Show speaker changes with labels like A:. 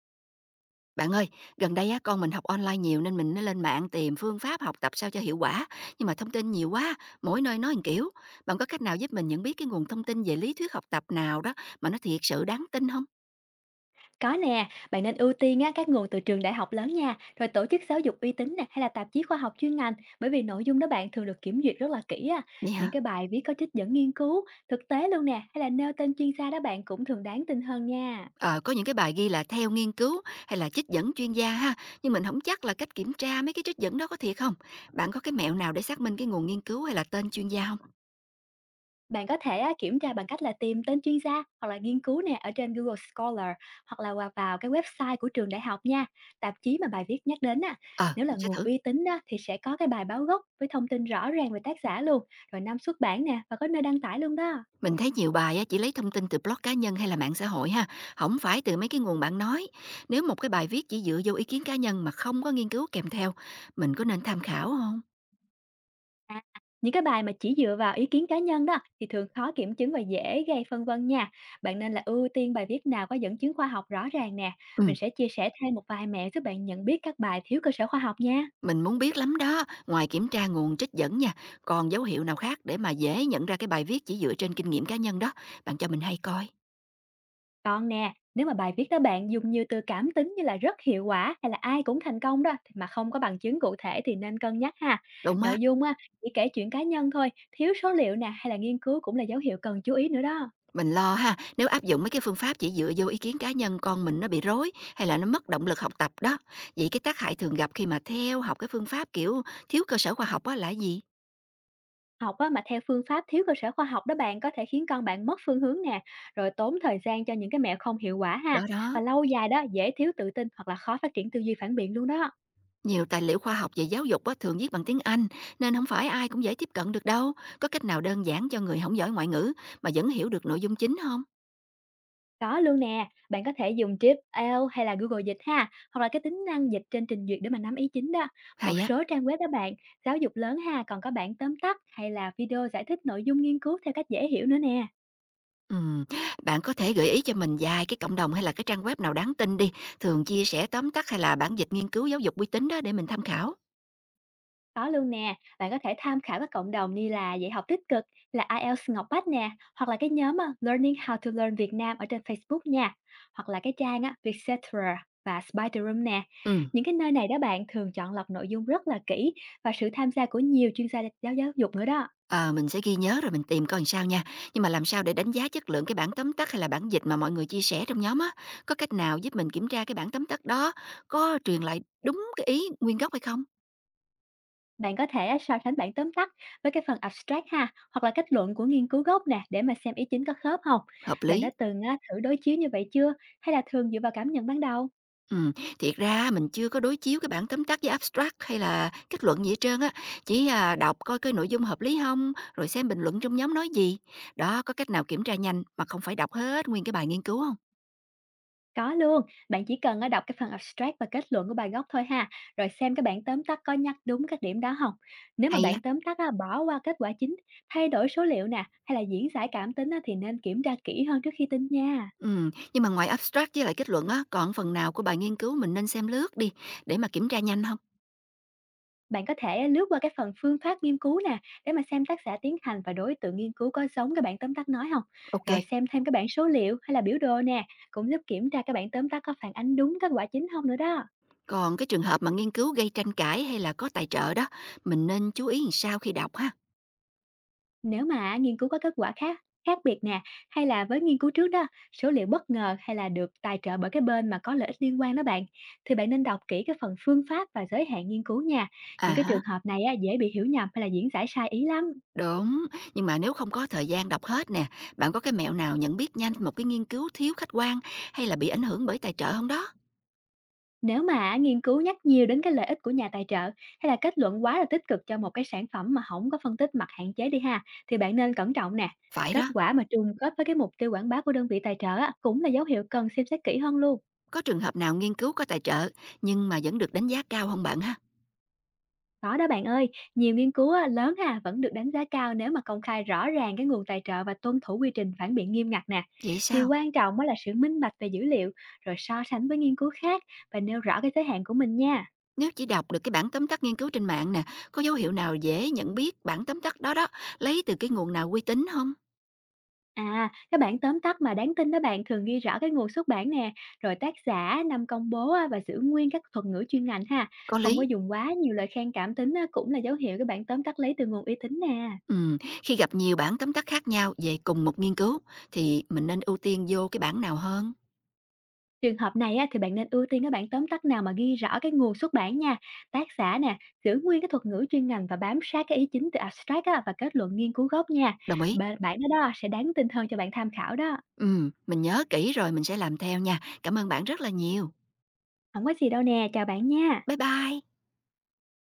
A: Bạn ơi, gần đây á, con mình học online nhiều nên mình nó lên mạng tìm phương pháp học tập sao cho hiệu quả. Nhưng mà thông tin nhiều quá, mỗi nơi nói một kiểu. Bạn có cách nào giúp mình nhận biết cái nguồn thông tin về lý thuyết học tập nào đó mà nó thiệt sự đáng tin không?
B: Có nè, bạn nên ưu tiên á, các nguồn từ trường đại học lớn nha, rồi tổ chức giáo dục uy tín nè, hay là tạp chí khoa học chuyên ngành, bởi vì nội dung đó bạn thường được kiểm duyệt rất là kỹ á.
A: Vậy
B: Những
A: hả?
B: cái bài viết có trích dẫn nghiên cứu, thực tế luôn nè, hay là nêu tên chuyên gia đó bạn cũng thường đáng tin hơn nha.
A: Ờ, có những cái bài ghi là theo nghiên cứu hay là trích dẫn chuyên gia ha. Nhưng mình không chắc là cách kiểm tra mấy cái trích dẫn đó có thiệt không? Bạn có cái mẹo nào để xác minh cái nguồn nghiên cứu hay là tên chuyên gia không?
B: Bạn có thể á, kiểm tra bằng cách là tìm tên chuyên gia hoặc là nghiên cứu nè ở trên Google Scholar, hoặc là vào cái website của trường đại học nha, tạp chí mà bài viết nhắc đến á.
A: Ờ,
B: Nếu là
A: mình sẽ
B: nguồn
A: thử.
B: uy tín đó thì sẽ có cái bài báo gốc với thông tin rõ ràng về tác giả luôn, rồi năm xuất bản nè và có nơi đăng tải luôn đó.
A: Mình thấy nhiều bài á, chỉ lấy thông tin từ blog cá nhân hay là mạng xã hội ha, không phải từ mấy cái nguồn bạn nói. Nếu một cái bài viết chỉ dựa vô ý kiến cá nhân mà không có nghiên cứu kèm theo, mình có nên tham khảo không?
B: À, những cái bài mà chỉ dựa vào ý kiến cá nhân đó thì thường khó kiểm chứng và dễ gây phân vân nha. Bạn nên là ưu tiên bài viết nào có dẫn chứng khoa học rõ ràng nè. Mình
A: Ừ,
B: sẽ chia sẻ thêm một vài mẹo giúp bạn nhận biết các bài thiếu cơ sở khoa học nha.
A: mình muốn biết lắm đó. Ngoài kiểm tra nguồn trích dẫn nha, còn dấu hiệu nào khác để mà dễ nhận ra cái bài viết chỉ dựa trên kinh nghiệm cá nhân đó, bạn cho mình hay coi.
B: Còn nè, nếu mà bài viết đó bạn dùng nhiều từ cảm tính như là rất hiệu quả hay là ai cũng thành công đó, thì mà không có bằng chứng cụ thể thì nên cân nhắc ha.
A: Đúng á.
B: Nội dung á, chỉ kể chuyện cá nhân thôi, thiếu số liệu nè hay là nghiên cứu cũng là dấu hiệu cần chú ý nữa đó.
A: Mình lo ha, nếu áp dụng mấy cái phương pháp chỉ dựa vô ý kiến cá nhân con mình nó bị rối hay là nó mất động lực học tập đó. Vậy cái tác hại thường gặp khi mà theo học cái phương pháp kiểu thiếu cơ sở khoa học á là gì?
B: Học á, mà theo phương pháp thiếu cơ sở khoa học đó bạn có thể khiến con bạn mất phương hướng nè, rồi tốn thời gian cho những cái mẹo không hiệu quả ha.
A: Đó đó,
B: Và lâu dài đó dễ thiếu tự tin, hoặc là khó phát triển tư duy phản biện luôn đó.
A: nhiều tài liệu khoa học về giáo dục á thường viết bằng tiếng Anh nên không phải ai cũng dễ tiếp cận được đâu. Có cách nào đơn giản cho người không giỏi ngoại ngữ mà vẫn hiểu được nội dung chính không?
B: Có luôn nè, bạn có thể dùng trip l hay là Google Dịch ha, hoặc là cái tính năng dịch trên trình duyệt để mà nắm ý chính đó. Một
A: Hay á.
B: số trang web đó bạn, giáo dục lớn ha, còn có bản tóm tắt hay là video giải thích nội dung nghiên cứu theo cách dễ hiểu nữa nè.
A: Ừm, bạn có thể gợi ý cho mình vài cái cộng đồng hay là cái trang web nào đáng tin đi, thường chia sẻ tóm tắt hay là bản dịch nghiên cứu giáo dục uy tín đó để mình tham khảo.
B: Có luôn nè, bạn có thể tham khảo các cộng đồng như là dạy học tích cực, là IELTS Ngọc Bách nè, hoặc là cái nhóm á, Learning How to Learn Việt Nam ở trên Facebook nha, hoặc là cái trang á, Vietcetera và Spider Room nè.
A: Ừ.
B: Những cái nơi này đó bạn thường chọn lọc nội dung rất là kỹ, và sự tham gia của nhiều chuyên gia giáo giáo dục nữa đó.
A: Ờ, mình sẽ ghi nhớ rồi mình tìm coi làm sao nha. Nhưng mà làm sao để đánh giá chất lượng cái bản tóm tắt hay là bản dịch mà mọi người chia sẻ trong nhóm á? Có cách nào giúp mình kiểm tra cái bản tóm tắt đó có truyền lại đúng cái ý nguyên gốc hay không?
B: Bạn có thể á, so sánh bản tóm tắt với cái phần abstract ha, hoặc là kết luận của nghiên cứu gốc nè, để mà xem ý chính có khớp không.
A: Hợp
B: Bạn đã
A: lý.
B: từng á, thử đối chiếu như vậy chưa, hay là thường dựa vào cảm nhận ban đầu?
A: Ừ, thiệt ra mình chưa có đối chiếu cái bản tóm tắt với abstract hay là kết luận gì hết trơn á. Chỉ à, đọc coi cái nội dung hợp lý không, rồi xem bình luận trong nhóm nói gì. Đó, có cách nào kiểm tra nhanh mà không phải đọc hết nguyên cái bài nghiên cứu không?
B: Có luôn, bạn chỉ cần á đọc cái phần abstract và kết luận của bài gốc thôi ha, rồi xem cái bản tóm tắt có nhắc đúng các điểm đó không. Nếu mà
A: Hay.
B: bản tóm tắt á, bỏ qua kết quả chính, thay đổi số liệu nè, hay là diễn giải cảm tính á, thì nên kiểm tra kỹ hơn trước khi tin nha.
A: Ừ, nhưng mà ngoài abstract với lại kết luận á, còn phần nào của bài nghiên cứu mình nên xem lướt đi để mà kiểm tra nhanh không?
B: Bạn có thể lướt qua cái phần phương pháp nghiên cứu nè, để mà xem tác giả tiến hành và đối tượng nghiên cứu có giống cái bản tóm tắt nói không.
A: OK.
B: Rồi xem thêm cái bảng số liệu hay là biểu đồ nè, cũng giúp kiểm tra cái bản tóm tắt có phản ánh đúng kết quả chính không nữa đó.
A: Còn cái trường hợp mà nghiên cứu gây tranh cãi hay là có tài trợ đó, mình nên chú ý làm sao khi đọc ha?
B: Nếu mà nghiên cứu có kết quả khác khác biệt nè, hay là với nghiên cứu trước đó, số liệu bất ngờ, hay là được tài trợ bởi cái bên mà có lợi ích liên quan đó bạn, thì bạn nên đọc kỹ cái phần phương pháp và giới hạn nghiên cứu nha.
A: À
B: Những cái trường
A: há,
B: hợp này á, dễ bị hiểu nhầm hay là diễn giải sai ý lắm.
A: đúng, nhưng mà nếu không có thời gian đọc hết nè, bạn có cái mẹo nào nhận biết nhanh một cái nghiên cứu thiếu khách quan hay là bị ảnh hưởng bởi tài trợ không đó?
B: Nếu mà nghiên cứu nhắc nhiều đến cái lợi ích của nhà tài trợ, hay là kết luận quá là tích cực cho một cái sản phẩm mà không có phân tích mặt hạn chế đi ha, thì bạn nên cẩn trọng nè.
A: Phải
B: Kết
A: đó,
B: quả mà trùng khớp với cái mục tiêu quảng bá của đơn vị tài trợ á, cũng là dấu hiệu cần xem xét kỹ hơn luôn.
A: có trường hợp nào nghiên cứu có tài trợ nhưng mà vẫn được đánh giá cao không bạn ha?
B: Có đó bạn ơi, nhiều nghiên cứu á, lớn ha vẫn được đánh giá cao nếu mà công khai rõ ràng cái nguồn tài trợ và tuân thủ quy trình phản biện nghiêm ngặt nè.
A: Vậy
B: Điều
A: sao?
B: quan trọng á là sự minh bạch về dữ liệu, rồi so sánh với nghiên cứu khác, và nêu rõ cái thế hạn của mình nha.
A: Nếu chỉ đọc được cái bản tóm tắt nghiên cứu trên mạng nè, có dấu hiệu nào dễ nhận biết bản tóm tắt đó đó lấy từ cái nguồn nào uy tín không?
B: À, các bản tóm tắt mà đáng tin đó bạn thường ghi rõ cái nguồn xuất bản nè, rồi tác giả, năm công bố á, và giữ nguyên các thuật ngữ chuyên ngành ha.
A: Có
B: Không có
A: lý.
B: dùng quá nhiều lời khen cảm tính á, cũng là dấu hiệu cái bản tóm tắt lấy từ nguồn uy tín nè.
A: Khi gặp nhiều bản tóm tắt khác nhau về cùng một nghiên cứu thì mình nên ưu tiên vô cái bản nào hơn?
B: Trường hợp này á, thì bạn nên ưu tiên các bản tóm tắt nào mà ghi rõ cái nguồn xuất bản nha, tác giả nè, giữ nguyên cái thuật ngữ chuyên ngành và bám sát cái ý chính từ abstract á, và kết luận nghiên cứu gốc nha.
A: Đồng ý.
B: Bản đó, đó sẽ đáng tin hơn cho bạn tham khảo đó.
A: Mình nhớ kỹ rồi mình sẽ làm theo nha. Cảm ơn bạn rất là nhiều.
B: Không có gì đâu nè, chào bạn nha.
A: Bye bye.